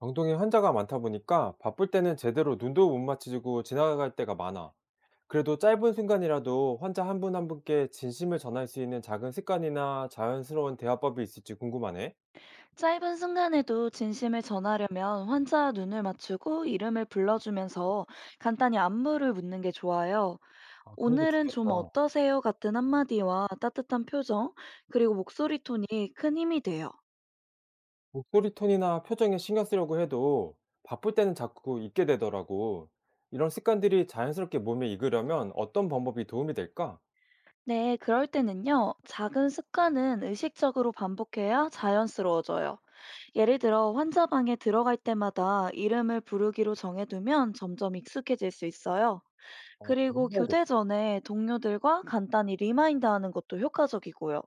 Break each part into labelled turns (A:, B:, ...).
A: 병동에 환자가 많다 보니까 바쁠 때는 제대로 눈도 못 마주치고 지나갈 때가 많아. 그래도 짧은 순간이라도 환자 한 분 한 분께 진심을 전할 수 있는 작은 습관이나 자연스러운 대화법이 있을지 궁금하네.
B: 짧은 순간에도 진심을 전하려면 환자와 눈을 맞추고 이름을 불러주면서 간단히 안부를 묻는 게 좋아요.
A: 아, 그런 게
B: 오늘은 좀
A: 좋겠다.
B: 어떠세요? 같은 한마디와 따뜻한 표정, 그리고 목소리 톤이 큰 힘이 돼요.
A: 목소리 톤이나 표정에 신경 쓰려고 해도 바쁠 때는 자꾸 잊게 되더라고. 이런 습관들이 자연스럽게 몸에 익으려면 어떤 방법이 도움이 될까?
B: 네, 그럴 때는요, 작은 습관은 의식적으로 반복해야 자연스러워져요. 예를 들어 환자방에 들어갈 때마다 이름을 부르기로 정해두면 점점 익숙해질 수 있어요.
A: 어,
B: 그리고 교대
A: 해봐야겠다.
B: 전에 동료들과 간단히 리마인드 하는 것도 효과적이고요.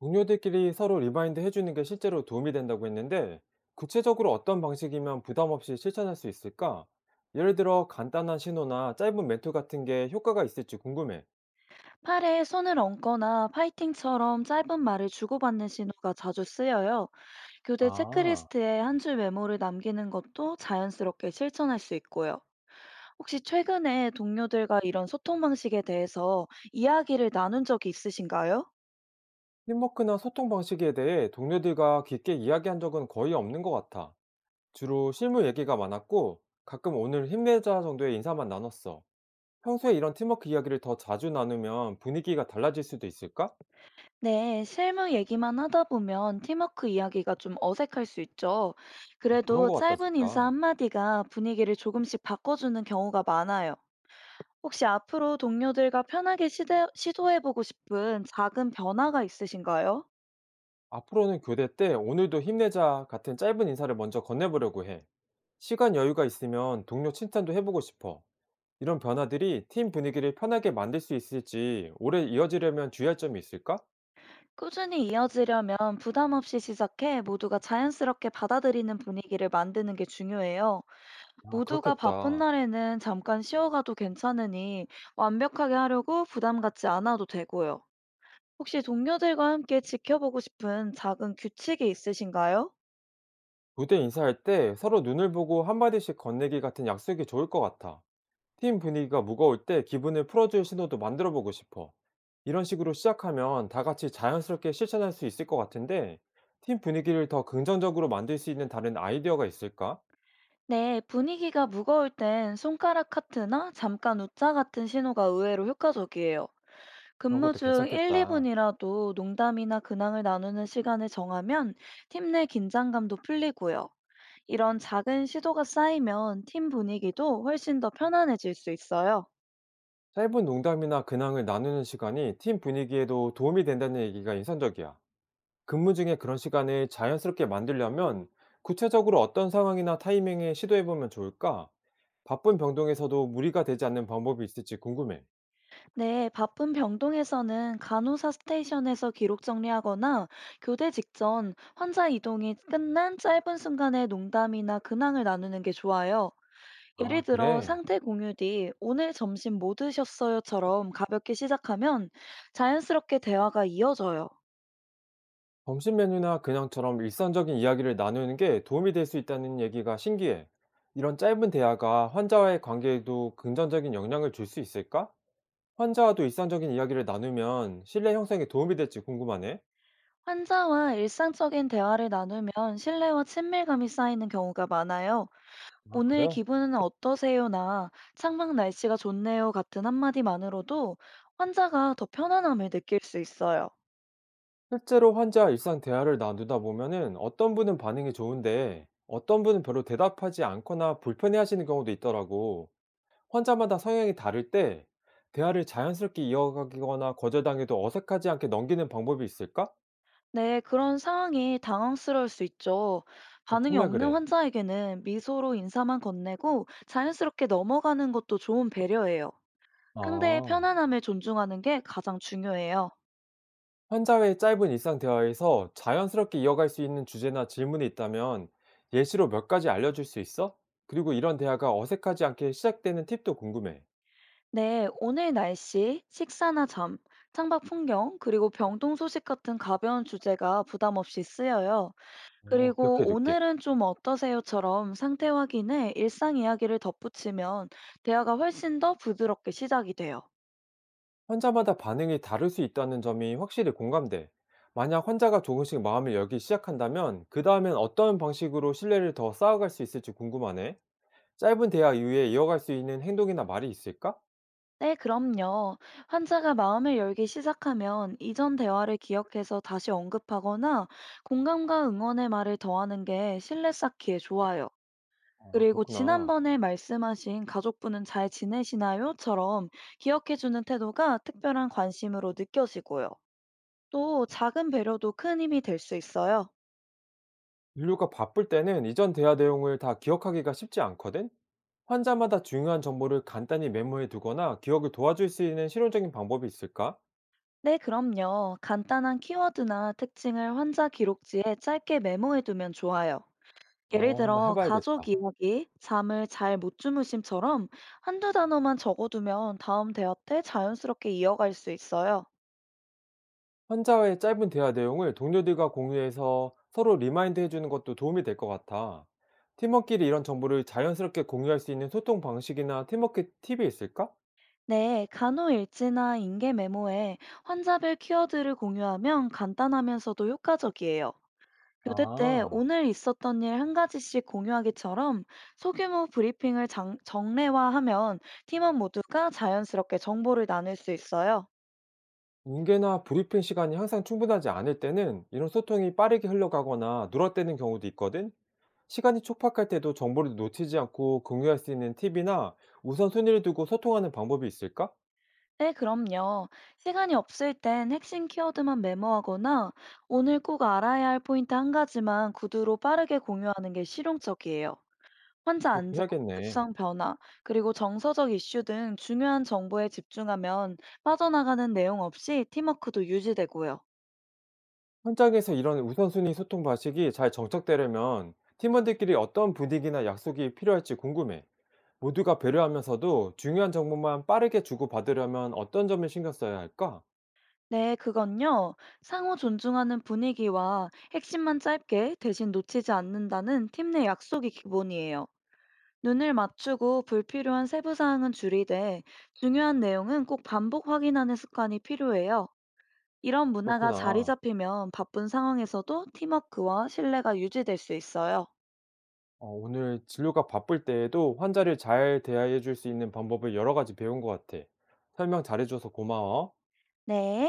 A: 동료들끼리 서로 리마인드 해주는 게 실제로 도움이 된다고 했는데, 구체적으로 어떤 방식이면 부담 없이 실천할 수 있을까? 예를 들어 간단한 신호나 짧은 멘트 같은 게 효과가 있을지 궁금해.
B: 팔에 손을 얹거나 파이팅처럼 짧은 말을 주고받는 신호가 자주 쓰여요. 교대
A: 아,
B: 체크리스트에 한 줄 메모를 남기는 것도 자연스럽게 실천할 수 있고요. 혹시 최근에 동료들과 이런 소통 방식에 대해서 이야기를 나눈 적이 있으신가요?
A: 팀워크나 소통 방식에 대해 동료들과 깊게 이야기한 적은 거의 없는 것 같아. 주로 실무 얘기가 많았고, 가끔 오늘 힘내자 정도의 인사만 나눴어. 평소에 이런 팀워크 이야기를 더 자주 나누면 분위기가 달라질 수도 있을까?
B: 네, 실무 얘기만 하다 보면 팀워크 이야기가 좀 어색할 수 있죠.
A: 그런
B: 그래도
A: 것 같다,
B: 짧은 인사
A: 진짜.
B: 한마디가 분위기를 조금씩 바꿔주는 경우가 많아요. 혹시 앞으로 동료들과 편하게 시도해보고 싶은 작은 변화가 있으신가요?
A: 앞으로는 교대 때 "오늘도 힘내자." 같은 짧은 인사를 먼저 건네보려고 해. 시간 여유가 있으면 동료 칭찬도 해보고 싶어. 이런 변화들이 팀 분위기를 편하게 만들 수 있을지 오래 이어지려면 주의할 점이 있을까?
B: 꾸준히 이어지려면 부담 없이 시작해 모두가 자연스럽게 받아들이는 분위기를 만드는 게 중요해요.
A: 아,
B: 모두가 바쁜
A: 그렇겠다.
B: 날에는 잠깐 쉬어가도 괜찮으니 완벽하게 하려고 부담 갖지 않아도 되고요. 혹시 동료들과 함께 지켜보고 싶은 작은 규칙이 있으신가요?
A: 교대 인사할 때 서로 눈을 보고 한마디씩 건네기 같은 약속이 좋을 것 같아. 팀 분위기가 무거울 때 기분을 풀어줄 신호도 만들어 보고 싶어. 이런 식으로 시작하면 다 같이 자연스럽게 실천할 수 있을 것 같은데, 팀 분위기를 더 긍정적으로 만들 수 있는 다른 아이디어가 있을까?
B: 네, 분위기가 무거울 땐 손가락 하트나 잠깐 웃자 같은 신호가 의외로 효과적이에요.
A: 그런
B: 근무
A: 것도
B: 중 1,
A: 괜찮겠다.
B: 2분이라도 농담이나 근황을 나누는 시간을 정하면 팀 내 긴장감도 풀리고요. 이런 작은 시도가 쌓이면 팀 분위기도 훨씬 더 편안해질 수 있어요.
A: 짧은 농담이나 근황을 나누는 시간이 팀 분위기에도 도움이 된다는 얘기가 인상적이야. 근무 중에 그런 시간을 자연스럽게 만들려면 구체적으로 어떤 상황이나 타이밍에 시도해보면 좋을까? 바쁜 병동에서도 무리가 되지 않는 방법이 있을지 궁금해.
B: 네, 바쁜 병동에서는 간호사 스테이션에서 기록 정리하거나 교대 직전 환자 이동이 끝난 짧은 순간의 농담이나 근황을 나누는 게 좋아요. 예를
A: 아,
B: 들어
A: 그래?
B: 상태 공유 뒤 오늘 점심 뭐 드셨어요처럼 가볍게 시작하면 자연스럽게 대화가 이어져요.
A: 점심 메뉴나 근황처럼 일상적인 이야기를 나누는 게 도움이 될 수 있다는 얘기가 신기해. 이런 짧은 대화가 환자와의 관계에도 긍정적인 영향을 줄 수 있을까? 환자와도 일상적인 이야기를 나누면 신뢰 형성에 도움이 될지 궁금하네.
B: 환자와 일상적인 대화를 나누면 신뢰와 친밀감이 쌓이는 경우가 많아요.
A: 아,
B: 오늘
A: 그래?
B: 기분은 어떠세요?"나 "창밖 날씨가 좋네요." 같은 한마디만으로도 환자가 더 편안함을 느낄 수 있어요.
A: 실제로 환자와 일상 대화를 나누다 보면은 어떤 분은 반응이 좋은데 어떤 분은 별로 대답하지 않거나 불편해 하시는 경우도 있더라고. 환자마다 성향이 다를 때 대화를 자연스럽게 이어가거나 거절당해도 어색하지 않게 넘기는 방법이 있을까?
B: 네, 그런 상황이 당황스러울 수 있죠.
A: 어,
B: 반응이
A: 정말
B: 없는
A: 그래.
B: 환자에게는 미소로 인사만 건네고 자연스럽게 넘어가는 것도 좋은 배려예요. 상대의
A: 아.
B: 편안함을 존중하는 게 가장 중요해요.
A: 환자와의 짧은 일상 대화에서 자연스럽게 이어갈 수 있는 주제나 질문이 있다면 예시로 몇 가지 알려줄 수 있어? 그리고 이런 대화가 어색하지 않게 시작되는 팁도 궁금해.
B: 네, 오늘 날씨, 식사나 잠, 창밖 풍경, 그리고 병동 소식 같은 가벼운 주제가 부담 없이 쓰여요.
A: 어, 기억해
B: 그리고
A: 둘게.
B: 오늘은 좀 어떠세요?"처럼 상태 확인에 일상 이야기를 덧붙이면 대화가 훨씬 더 부드럽게 시작이 돼요.
A: 환자마다 반응이 다를 수 있다는 점이 확실히 공감돼. 만약 환자가 조금씩 마음을 열기 시작한다면 그 다음엔 어떤 방식으로 신뢰를 더 쌓아갈 수 있을지 궁금하네. 짧은 대화 이후에 이어갈 수 있는 행동이나 말이 있을까?
B: 네, 그럼요. 환자가 마음을 열기 시작하면 이전 대화를 기억해서 다시 언급하거나 공감과 응원의 말을 더하는 게 신뢰 쌓기에 좋아요.
A: 아,
B: 그리고
A: 그렇구나.
B: 지난번에 말씀하신 가족분은 잘 지내시나요?처럼 기억해주는 태도가 특별한 관심으로 느껴지고요. 또 작은 배려도 큰 힘이 될 수 있어요.
A: 인류가 바쁠 때는 이전 대화 내용을 다 기억하기가 쉽지 않거든? 환자마다 중요한 정보를 간단히 메모해 두거나 기억을 도와줄 수 있는 실용적인 방법이 있을까?
B: 네, 그럼요. 간단한 키워드나 특징을 환자 기록지에 짧게 메모해 두면 좋아요. 예를
A: 어, 한번
B: 들어,
A: 해봐야겠다.
B: 가족 이야기, 잠을 잘 못 주무심처럼 한두 단어만 적어두면 다음 대화 때 자연스럽게 이어갈 수 있어요.
A: 환자와의 짧은 대화 내용을 동료들과 공유해서 서로 리마인드 해주는 것도 도움이 될 것 같아. 팀원끼리 이런 정보를 자연스럽게 공유할 수 있는 소통 방식이나 팀워크 팁이 있을까?
B: 네, 간호일지나 인계 메모에 환자별 키워드를 공유하면 간단하면서도 효과적이에요. 교대 때
A: 아.
B: 오늘 있었던 일 한 가지씩 공유하기처럼 소규모 브리핑을 정례화하면 팀원 모두가 자연스럽게 정보를 나눌 수 있어요.
A: 공개나 브리핑 시간이 항상 충분하지 않을 때는 이런 소통이 빠르게 흘러가거나 누락되는 경우도 있거든. 시간이 촉박할 때도 정보를 놓치지 않고 공유할 수 있는 팁이나 우선순위를 두고 소통하는 방법이 있을까?
B: 네, 그럼요. 시간이 없을 땐 핵심 키워드만 메모하거나 오늘 꼭 알아야 할 포인트 한 가지만 구두로 빠르게 공유하는 게 실용적이에요. 환자
A: 그렇게
B: 안전,
A: 해야겠네.
B: 급성 변화, 그리고 정서적 이슈 등 중요한 정보에 집중하면 빠져나가는 내용 없이 팀워크도 유지되고요.
A: 현장에서 이런 우선순위 소통 방식이 잘 정착되려면 팀원들끼리 어떤 분위기나 약속이 필요할지 궁금해. 모두가 배려하면서도 중요한 정보만 빠르게 주고받으려면 어떤 점을 신경 써야 할까?
B: 네, 그건요. 상호 존중하는 분위기와 핵심만 짧게 대신 놓치지 않는다는 팀 내 약속이 기본이에요. 눈을 맞추고 불필요한 세부 사항은 줄이되 중요한 내용은 꼭 반복 확인하는 습관이 필요해요. 이런 문화가 자리
A: 그렇구나.
B: 잡히면 바쁜 상황에서도 팀워크와 신뢰가 유지될 수 있어요.
A: 어, 오늘 진료가 바쁠 때에도 환자를 잘 대해줄 수 있는 방법을 여러 가지 배운 것 같아. 설명 잘해줘서 고마워.
B: 네.